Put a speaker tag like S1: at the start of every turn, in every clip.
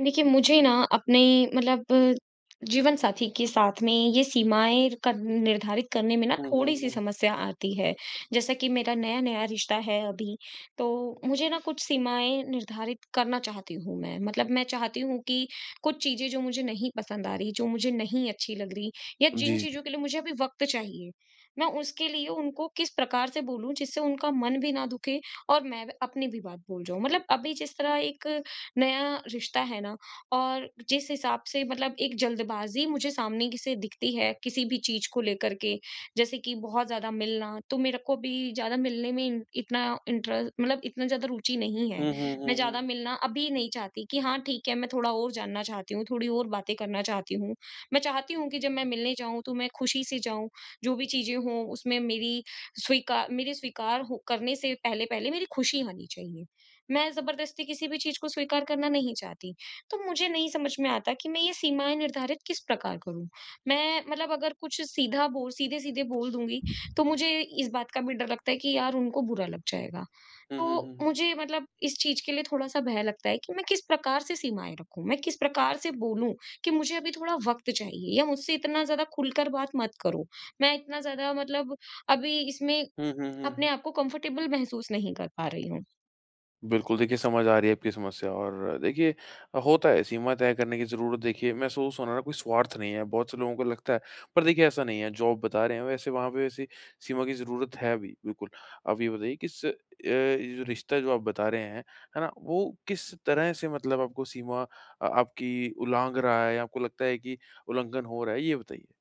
S1: देखिए, मुझे ना अपने मतलब, जीवन साथी के साथ में ये सीमाएँ कर निर्धारित करने में ना
S2: हुँ, हुँ,
S1: थोड़ी-सी
S2: हुँ।
S1: समस्या आती है। जैसा कि मेरा नया-नया रिश्ता है अभी, तो मुझे ना कुछ सीमाएँ निर्धारित करना चाहती हूँ मैं। मतलब मैं चाहती हूँ कि कुछ चीज़ें जो मुझे नहीं पसंद आ रही, जो मुझे नहीं अच्छी लग रही या
S2: जी,
S1: जिन
S2: जी।
S1: चीज़ों के लिए मुझे अभी वक़्त चाहिए, मैं उसके लिए उनको किस प्रकार से बोलूँ जिससे उनका मन भी ना दुखे और मैं अपनी भी बात बोल जाऊँ। मतलब अभी जिस तरह एक नया रिश्ता है ना, और जिस हिसाब से मतलब एक जल्दबाजी मुझे सामने की से दिखती है किसी भी चीज को लेकर के, जैसे कि बहुत ज्यादा मिलना, तो मेरे को भी ज्यादा मिलने में इतना इंटरेस्ट मतलब इतना ज्यादा रुचि नहीं है।
S2: हुँ, हुँ,
S1: मैं
S2: हुँ,
S1: ज्यादा
S2: हुँ।
S1: मिलना अभी नहीं चाहती कि हाँ ठीक है, मैं थोड़ा और जानना चाहती हूँ, थोड़ी और बातें करना चाहती हूँ। मैं चाहती हूँ कि जब मैं मिलने जाऊं तो मैं खुशी से जाऊं। जो भी चीजें हों उसमें मेरी स्वीकार मेरे स्वीकार हो करने से पहले पहले मेरी खुशी होनी चाहिए। मैं ज़बरदस्ती किसी भी चीज़ को स्वीकार करना नहीं चाहती। तो मुझे नहीं समझ में आता कि मैं ये सीमाएँ निर्धारित किस प्रकार करूँ? मैं मतलब अगर कुछ सीधा बोल सीधे-सीधे बोल दूँगी, तो मुझे इस बात का भी डर लगता है कि यार उनको बुरा लग जाएगा।
S2: हुँ, हुँ,
S1: तो
S2: हुँ, हुँ।
S1: मुझे मतलब इस चीज़ के लिए थोड़ा-सा भय लगता है कि मैं किस प्रकार से सीमाएँ रखूँ? मैं किस प्रकार से बोलूँ कि मुझे अभी थोड़ा वक़्त चाहिए या मुझसे इतना ज़्यादा खुलकर बात मत करो। मैं इतना ज़्यादा मतलब अभी इसमें
S2: हुँ, हुँ, हुँ, हुँ।
S1: अपने आप को कंफ़र्टेबल महसूस नहीं कर पा रही हूँ।
S2: बिल्कुल, देखिए, समझ आ रही है आपकी समस्या। और देखिए, होता है। सीमा तय करने की ज़रूरत देखिए, महसूस होना ना कोई स्वार्थ नहीं है, बहुत से लोगों को लगता है, पर देखिए ऐसा नहीं है। जॉब बता रहे हैं वैसे, वहाँ पे वैसे सीमा की ज़रूरत है भी, बिल्कुल। आप ये बताइए, किस ये जो रिश्ता जो आप बता रहे हैं, है ना? वो किस तरह से मतलब आपको सीमा, आपकी उलांघ रहा है, या आपको लगता है कि उल्लंघन हो रहा है? ये बताइए।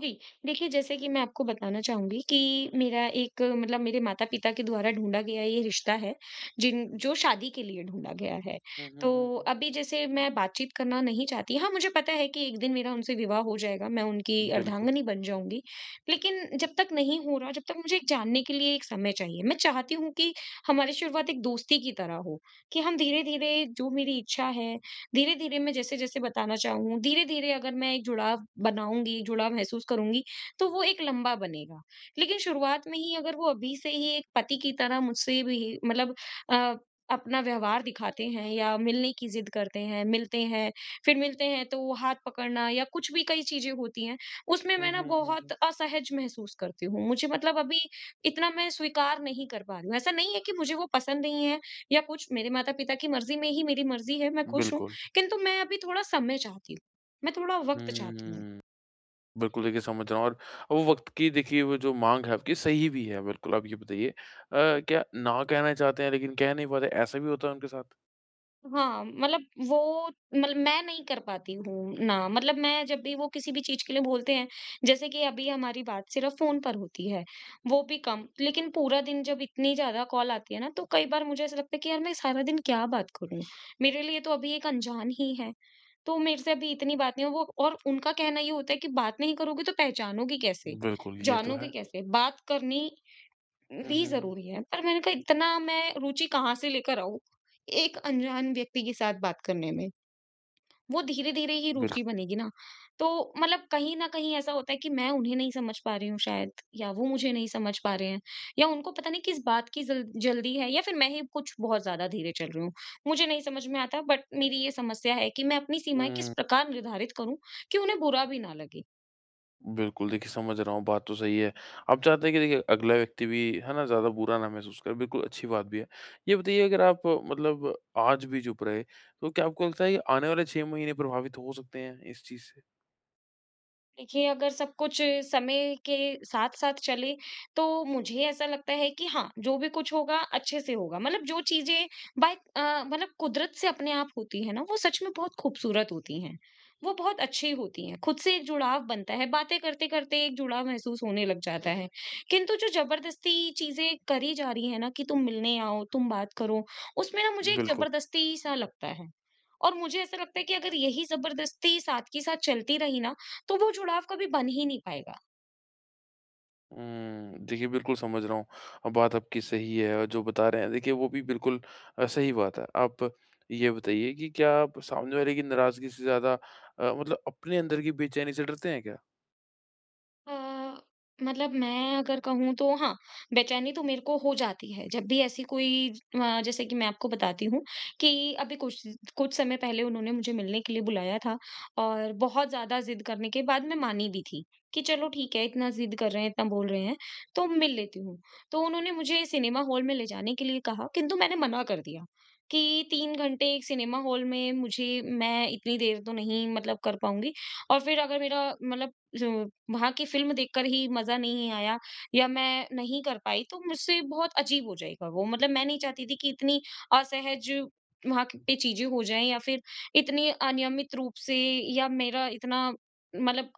S1: जी, देखिए जैसे कि मैं आपको बताना चाहूँगी कि मेरा एक मतलब मेरे माता-पिता के द्वारा ढूँढा गया ये रिश्ता है, जिन जो शादी के लिए ढूँढा गया है।
S2: हुँ, हुँ,
S1: तो
S2: हुँ, हुँ।
S1: अभी जैसे मैं बातचीत करना नहीं चाहती, हाँ, मुझे पता है कि एक दिन मेरा उनसे विवाह हो जाएगा, मैं उनकी
S2: बिल्कुल।
S1: अर्धांगिनी बन जाऊँगी। लेकिन जब तक नहीं हो रहा, जब तक मुझे एक जानने के लिए एक समय चाहिए। मैं चाहती हूँ कि हमारी शुरुआत एक दोस्ती की तरह हो, कि हम धीरे-धीरे, जो मेरी इच्छा है, धीरे-धीरे मैं जैसे-जैसे बताना चाहूँ, धीरे-धीरे अगर मैं एक जुड़ाव बनाऊँगी, जुड़ाव महसूस करूँगी, तो वो एक लंबा बनेगा। लेकिन शुरुआत में ही अगर वो अभी से ही एक पति की तरह मुझसे भी मतलब अ, अपना व्यवहार दिखाते हैं या मिलने की ज़िद करते हैं, मिलते हैं, फिर मिलते हैं, तो वो हाथ पकड़ना या कुछ भी कई चीज़ें होती हैं, उसमें
S2: हुँ,
S1: मैं ना
S2: हुँ, हुँ, हुँ।
S1: बहुत असहज महसूस करती हूँ। मुझे मतलब अभी इतना मैं स्वीकार नहीं कर पा रही हूँ। ऐसा नहीं है कि मुझे वो पसंद नहीं है या कुछ, मेरे माता-पिता की मर्ज़ी में ही मेरी मर्ज़ी है, मैं खुश हूँ।
S2: बिल्कुल।
S1: किंतु मैं अभी थोड़ा समय चाहती हूँ, मैं थोड़ा वक़्त चाहती हूँ।
S2: हुँ, बिल्कुल, देखिए समझ रहा हूँ। और वो वक़्त की देखिए, वो जो माँग है आपकी, सही भी है, बिल्कुल। आप ये बताइए, क्या ना कहना चाहते हैं लेकिन कह नहीं पाते, ऐसा भी होता है उनके साथ?
S1: हाँ, मतलब वो मतलब मैं नहीं कर पाती हूँ ना, मतलब मैं जब भी वो किसी भी चीज़ के लिए बोलते हैं, जैसे कि अभी हमारी बात सिर्फ़ फ़ोन पर होती है, वो भी कम। लेकिन पूरा दिन जब इतनी ज़्यादा कॉल आती है ना, तो कई बार मुझे ऐसा लगता है कि यार मैं सारा दिन क्या बात करूँ? मेरे लिए तो अभी एक अनजान ही है, तो मेरे से अभी इतनी बात नहीं है। वो, और उनका कहना ये होता है कि बात नहीं करोगे तो पहचानोगे कैसे?
S2: बिल्कुल, ये तो
S1: जानोगे
S2: है।
S1: कैसे? बात करनी
S2: हुँ,
S1: ली
S2: हुँ, हुँ।
S1: ज़रूरी है, पर मैंने कहा इतना मैं रुचि कहाँ से लेकर आऊँ, एक अनजान व्यक्ति के साथ बात करने में। वो धीरे-धीरे ही
S2: बिल
S1: रुचि बनेगी ना। तो मतलब कहीं न कहीं ऐसा होता है कि मैं उन्हें नहीं समझ पा रही हूँ शायद, या वो मुझे नहीं समझ पा रहे हैं, या उनको पता नहीं किस बात की जल जल्दी है, या फिर मैं ही कुछ बहुत ज़्यादा धीरे चल रही हूँ। मुझे नहीं समझ में आता बट मेरी ये समस्या है कि मैं अपनी सीमाएँ किस
S2: हुँ,
S1: प्रकार निर्धारित करूँ कि उन्हें बुरा भी ना लगे।
S2: बिल्कुल, देखिए समझ रहा हूँ, बात तो सही है। आप चाहते हैं कि देखिए अगला व्यक्ति भी है ना, ज़्यादा बुरा ना महसूस करे, बिल्कुल अच्छी बात भी है। ये बताइए, अगर आप मतलब आज भी चुप रहे, तो क्या आपको लगता है कि आने वाले 6 महीने प्रभावित हो सकते हैं इस चीज़ से?
S1: देखिए, अगर सब कुछ समय के साथ-साथ चले, तो मुझे ऐसा लगता है कि हाँ, जो भी कुछ होगा अच्छे से होगा। मतलब जो चीज़ें मतलब कुदरत से अपने आप होती हैं ना, वो सच में बहुत खूबसूरत होती हैं। वो बहुत अच्छी होती हैं। खुद से एक जुड़ाव बनता है, बातें करते-करते एक जुड़ाव महसूस होने लग जाता है। किंतु जो ज़बरदस्ती चीज़ें करी जा रही हैं ना कि तुम मिलने आओ, तुम बात करो, उसमें ना मुझे एक
S2: बिल्कुल।
S1: ज़बरदस्ती सा लगता है। और मुझे ऐसा लगता है कि अगर यही ज़बरदस्ती साथ के साथ चलती रही ना, तो वो जुड़ाव कभी बन ही नहीं पाएगा।
S2: हुँ, देखिए बिल्कुल समझ रहा हूँ। बात आपकी सही है, और जो बता रहे हैं देखिए, वो भी बिल्कुल सही बात है। आप ये बताइए कि क्या आप सामने वाले की नाराज़गी से ज़्यादा मतलब अपने अंदर की बेचैनी से डरते हैं क्या?
S1: अ, मतलब मैं अगर कहूँ तो हाँ, बेचैनी तो मेरे को हो जाती है। जब भी ऐसी कोई जैसे कि मैं आपको बताती हूँ कि अभी कुछ कुछ समय पहले उन्होंने मुझे मिलने के लिए बुलाया था और बहुत ज़्यादा ज़िद करने के बाद मैं मानी भी थी कि चलो ठीक है, इतना ज़िद कर रहे हैं, इतना बोल रहे हैं, तो मिल लेती हूँ। तो उन्होंने मुझे सिनेमा हॉल में ले जाने के लिए कहा, किंतु मैंने मना कर दिया कि 3 घंटे एक सिनेमा हॉल में मुझे मैं इतनी देर तो नहीं मतलब कर पाऊँगी, और फिर अगर मेरा मतलब जो वहाँ की फ़िल्म देखकर ही मज़ा नहीं आया या मैं नहीं कर पाई तो मुझसे बहुत अजीब हो जाएगा वो। मतलब मैं नहीं चाहती थी कि इतनी असहज वहाँ पे चीज़ें हो जाएँ, या फिर इतनी अनियमित रूप से या मेरा इतना मतलब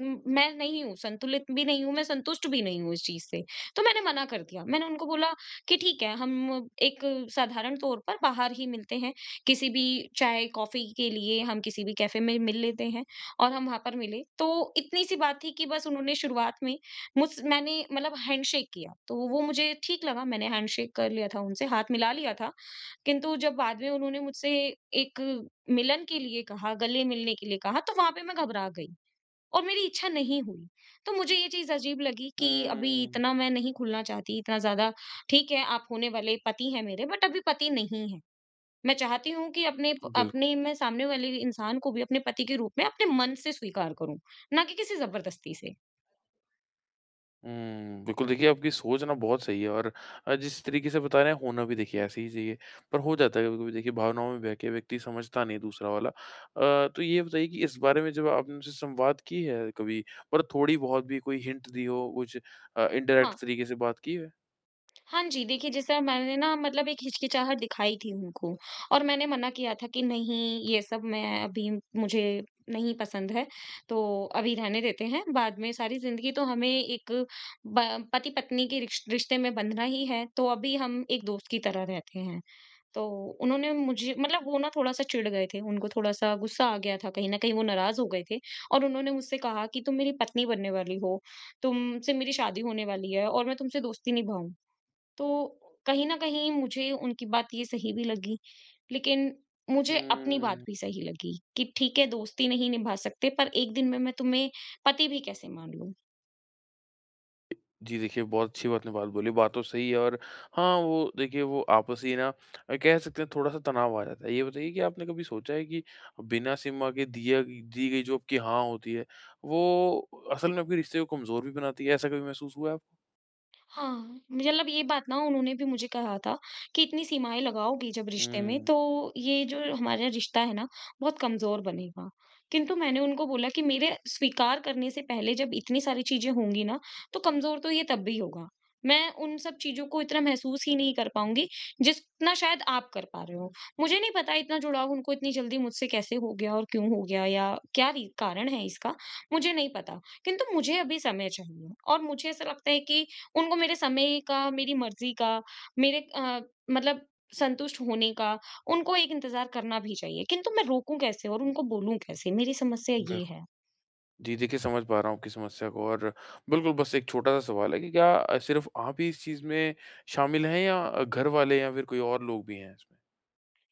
S1: मैं नहीं हूँ, संतुलित भी नहीं हूँ, मैं संतुष्ट भी नहीं हूँ इस चीज़ से। तो मैंने मना कर दिया। मैंने उनको बोला कि ठीक है, हम एक साधारण तौर पर बाहर ही मिलते हैं। किसी भी चाय-कॉफ़ी के लिए हम किसी भी कैफ़े में मिल लेते हैं, और हम वहाँ पर मिले। तो इतनी-सी बात थी कि बस उन्होंने शुरुआत में मुझ मैंने मतलब हैंडशेक किया। तो वो मुझे ठीक लगा, मैंने हैंडशेक कर लिया था उनसे, हाथ मिला लिया था। किंतु जब बाद में उन्होंने मुझसे एक मिलन के लिए कहा, गले मिलने के लिए कहा, तो वहाँ पे मैं घबरा गई। और मेरी इच्छा नहीं हुई। तो मुझे ये चीज़ अजीब लगी कि अभी
S2: हुँ,
S1: इतना मैं नहीं खुलना चाहती, इतना ज़्यादा ठीक है, आप होने वाले पति हैं मेरे बट अभी पति नहीं हैं। मैं चाहती हूँ कि अपने प
S2: बिल्कुल।
S1: अपने मैं सामने वाले इंसान को भी अपने पति के रूप में अपने मन से स्वीकार करूँ, ना कि किसी ज़बरदस्ती से।
S2: हुँ, बिल्कुल, देखिए आपकी सोच ना बहुत सही है, और जिस तरीके से बता रहे हैं, होना भी देखिए ऐसे ही चाहिए। पर हो जाता है कभी-कभी देखिए, भावनाओं में बह के व्यक्ति समझता नहीं है दूसरा वाला। तो ये बताइए कि इस बारे में जब आपने उनसे संवाद की है कभी? मतलब थोड़ी-बहुत भी कोई हिंट दी हो कुछ,
S1: हाँ,
S2: इनडायरेक्ट तरीके से बात की है?
S1: हाँ जी, देखिए जैसा मैंने ना मतलब एक हिचकिचाहट दिखाई थी उनको, और मैंने मना किया था कि नहीं, ये सब मैं अभी मुझे नहीं पसंद है, तो अभी रहने देते हैं, बाद में सारी ज़िंदगी तो हमें एक ब पति-पत्नी के रिश्ते में बंधना ही है, तो अभी हम एक दोस्त की तरह रहते हैं। तो उन्होंने मुझे मतलब वो ना थोड़ा-सा चिढ़ गए थे, उनको थोड़ा-सा गुस्सा आ गया था, कहीं न कहीं वो नाराज़ हो गए थे, और उन्होंने मुझसे कहा कि तुम मेरी पत्नी बनने वाली हो, तुमसे मेरी शादी होने वाली है और मैं तुमसे दोस्ती निभाऊँ। तो कहीं न कहीं मुझे उनकी बात ये सही भी लगी, लेकिन मुझे अपनी बात
S2: हुँ,
S1: भी सही लगी कि ठीक है दोस्ती नहीं निभा सकते, पर एक दिन में मैं तुम्हें पति भी कैसे मान लूँ?
S2: जी, देखिए, बहुत अच्छी बात ने बात बोली, बात तो सही है। और हाँ, वो देखिए वो आपसी ना, कह सकते हैं, थोड़ा-सा तनाव आ जाता है। ये बताइए कि आपने कभी सोचा है कि बिना सीमा के दिया दी गई जो आपकी हाँ होती है, वो असल में आपके रिश्ते को कमज़ोर भी बनाती है? ऐसा कभी महसूस हुआ है आपको?
S1: हाँ, मतलब ये बात ना उन्होंने भी मुझे कहा था कि इतनी सीमाएँ लगाओगी जब रिश्ते में,
S2: हुँ,
S1: तो ये जो हमारा रिश्ता है ना बहुत कमज़ोर बनेगा। किंतु मैंने उनको बोला कि मेरे स्वीकार करने से पहले जब इतनी सारी चीज़ें होंगी ना, तो कमज़ोर तो ये तब भी होगा। मैं उन सब चीज़ों को इतना महसूस ही नहीं कर पाऊँगी जितना शायद आप कर पा रहे हो। मुझे नहीं पता इतना जुड़ाव उनको इतनी जल्दी मुझसे कैसे हो गया और क्यों हो गया, या क्या री कारण है इसका, मुझे नहीं पता। किंतु मुझे अभी समय चाहिए, और मुझे ऐसा लगता है कि उनको मेरे समय का, मेरी मर्ज़ी का, मेरे मतलब संतुष्ट होने का, उनको एक इंतज़ार करना भी चाहिए, किंतु मैं रोकूँ कैसे और उनको बोलूँ कैसे? मेरी समस्या ये
S2: बिल्कुल।
S1: है।
S2: जी, देखिए, समझ पा रहा हूँ आपकी समस्या को। और बिल्कुल, बस एक छोटा-सा सवाल है कि क्या सिर्फ़ आप ही इस चीज़ में शामिल हैं, या घर वाले या फिर कोई और लोग भी हैं इसमें?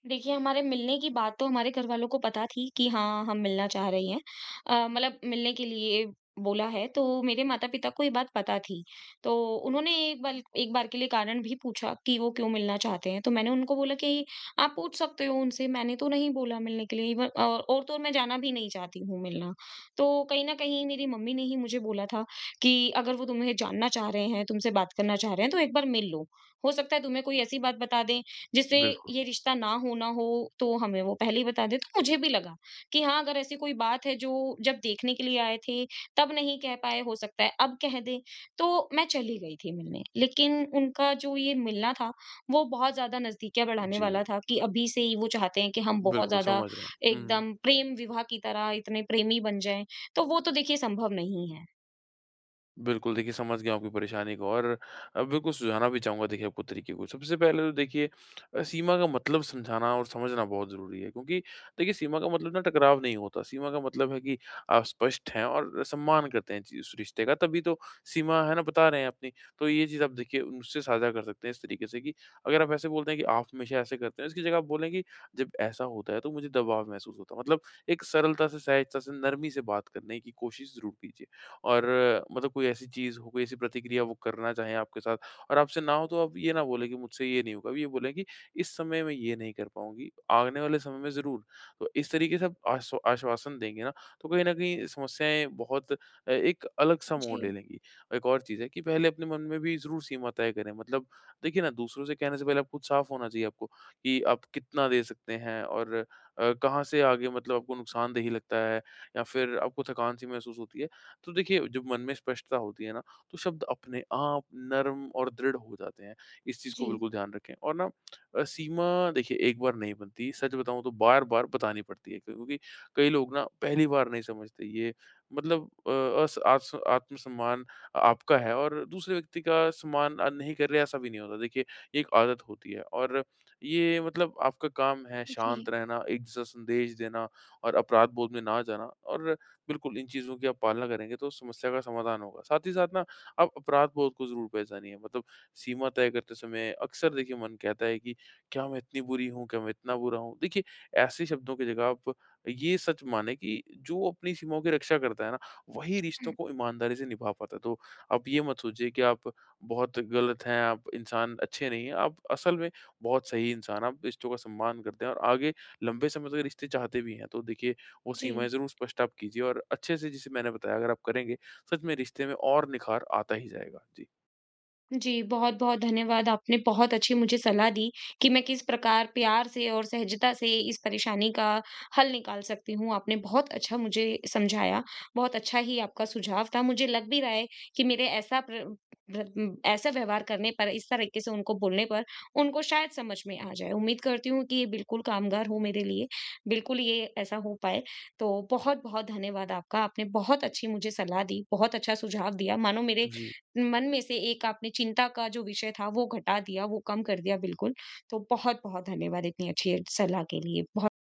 S1: देखिए, हमारे मिलने की बात तो हमारे घरवालों को पता थी कि हाँ, हम मिलना चाह रही हैं। मतलब मिलने के लिए बोला है, तो मेरे माता-पिता को ये बात पता थी। तो उन्होंने एक बार के लिए कारण भी पूछा कि वो क्यों मिलना चाहते हैं। तो मैंने उनको बोला कि आप पूछ सकते हो उनसे, मैंने तो नहीं बोला मिलने के लिए, इवन और तो और मैं जाना भी नहीं चाहती हूँ मिलना। तो कहीं न कहीं मेरी मम्मी ने ही मुझे बोला था कि अगर वो तुम्हें जानना चाह रहे हैं, तुमसे बात करना चाह रहे हैं, तो एक बार मिल लो। हो सकता है तुम्हें कोई ऐसी बात बता दें जिससे
S2: बिल्कुल।
S1: ये रिश्ता ना हो, तो हमें वो पहले ही बता दे। तो मुझे भी लगा कि हाँ, अगर ऐसी कोई बात है जो जब देखने के लिए आए थे तब नहीं कह पाए, हो सकता है अब कह दें। तो मैं चली गई थी मिलने, लेकिन उनका जो ये मिलना था, वो बहुत ज़्यादा नज़दीकियाँ बढ़ाने
S2: जी,
S1: वाला था कि अभी से ही वो चाहते हैं कि हम बहुत
S2: बिल्कुल
S1: ज़्यादा
S2: समझ रहा हूँ। हुँ।
S1: एकदम प्रेम विवाह की तरह इतने प्रेमी बन जाएँ। तो वो तो देखिए संभव नहीं है।
S2: बिल्कुल, देखिए समझ गया हूँ आपकी परेशानी को। और बिल्कुल, सुझाना भी चाहूँगा देखिए आपको तरीके को। सबसे पहले तो देखिए, सीमा का मतलब समझाना और समझना बहुत ज़रूरी है, क्योंकि देखिए सीमा का मतलब ना टकराव नहीं होता। सीमा का मतलब है कि आप स्पष्ट हैं और सम्मान करते हैं चीज़ उस रिश्ते का, तभी तो सीमा है ना बता रहे हैं अपनी। तो ये चीज़ आप देखिए उनसे साझा कर सकते हैं इस तरीके से कि अगर आप ऐसे बोलते हैं कि आप हमेशा ऐसे करते हैं, इसकी जगह आप बोलें कि जब ऐसा होता है तो मुझे दबाव महसूस होता है। मतलब एक सरलता से, सहजता से, नरमी से बात करने की कोशिश ज़रूर कीजिए। और मतलब कोई ऐसी चीज़ हो, कोई ऐसी प्रतिक्रिया वो करना चाहें आपके साथ, और आपसे ना हो, तो आप ये ना बोलें कि मुझसे ये नहीं होगा। आप ये बोलें कि इस समय मैं ये नहीं कर पाऊँगी, आने वाले समय में ज़रूर। तो इस तरीके से आप आश्वासन देंगे ना, तो कहीं न कहीं समस्याएँ बहुत एक अलग-सा मोड़ ले
S1: जी।
S2: लेंगी। और एक और चीज़ है कि पहले अपने मन में भी ज़रूर सीमा तय करें। मतलब देखिए ना, दूसरों से कहने से पहले आप खुद साफ होना चाहिए आपको कि आप कितना दे सकते हैं, और कहाँ से आगे मतलब आपको नुकसानदेही लगता है, या फिर आपको थकान सी महसूस होती है। तो देखिए जब मन में स्पष्टता होती है ना, तो शब्द अपने आप नर्म और दृढ़ हो जाते हैं। इस चीज़ को
S1: जी,
S2: बिल्कुल ध्यान रखें। और ना सीमा देखिए एक बार नहीं बनती, सच बताऊं तो बार बार बतानी पड़ती है, क्योंकि कई लोग ना पहली बार नहीं समझते ये। मतलब आत्मसम्मान आपका है, और दूसरे व्यक्ति का सम्मान नहीं कर रहे, ऐसा भी नहीं होता देखिए। ये एक आदत होती है, और ये मतलब आपका काम है
S1: जी,
S2: शांत
S1: जी,
S2: रहना, एक दूसरा संदेश देना, और अपराध बोध में ना जाना। और बिल्कुल, इन चीज़ों की आप पालना करेंगे, तो समस्या का समाधान होगा। साथ ही साथ ना, आप अपराध-बोध को ज़रूर पहचानिए। मतलब सीमा तय करते समय अक्सर देखिए मन कहता है कि क्या मैं इतनी बुरी हूँ? क्या मैं इतना बुरा हूँ? देखिए, ऐसे शब्दों की जगह आप ये सच मानें कि जो अपनी सीमाओं की रक्षा करता है ना, वही रिश्तों
S1: हुँ।
S2: को ईमानदारी से निभा पाता है। तो आप ये मत सोचिए कि आप बहुत गलत हैं, आप इंसान अच्छे नहीं हैं। आप असल में बहुत सही इंसान हैं, आप रिश्तों का सम्मान करते हैं और आगे लंबे समय तक रिश्ते चाहते भी हैं। तो देखिए, वो
S1: जी।
S2: सीमाएँ ज़रूर स्पष्ट आप कीजिए, और अच्छे से जिसे मैंने बताया अगर आप करेंगे, सच में रिश्ते में और निखार आता ही जाएगा। जी।
S1: जी, बहुत-बहुत धन्यवाद। आपने बहुत अच्छी मुझे सलाह दी कि मैं किस प्रकार प्यार से और सहजता से इस परेशानी का हल निकाल सकती हूँ। आपने बहुत अच्छा मुझे समझाया, बहुत अच्छा ही आपका सुझाव था। मुझे लग भी रहा है कि मेरे ऐसा ऐसा व्यवहार करने पर, इस तरीके से उनको बोलने पर, उनको शायद समझ में आ जाए। उम्मीद करती हूँ कि ये बिल्कुल कामगार हो मेरे लिए, बिल्कुल ये ऐसा हो पाए। तो बहुत-बहुत धन्यवाद आपका। आपने बहुत अच्छी मुझे सलाह दी, बहुत अच्छा सुझाव दिया, मानो मेरे
S2: जी।
S1: मन में से एक आपने चिंता का जो विषय था वो घटा दिया, वो कम कर दिया बिल्कुल। तो बहुत-बहुत धन्यवाद इतनी अच्छी सलाह के लिए। बहुत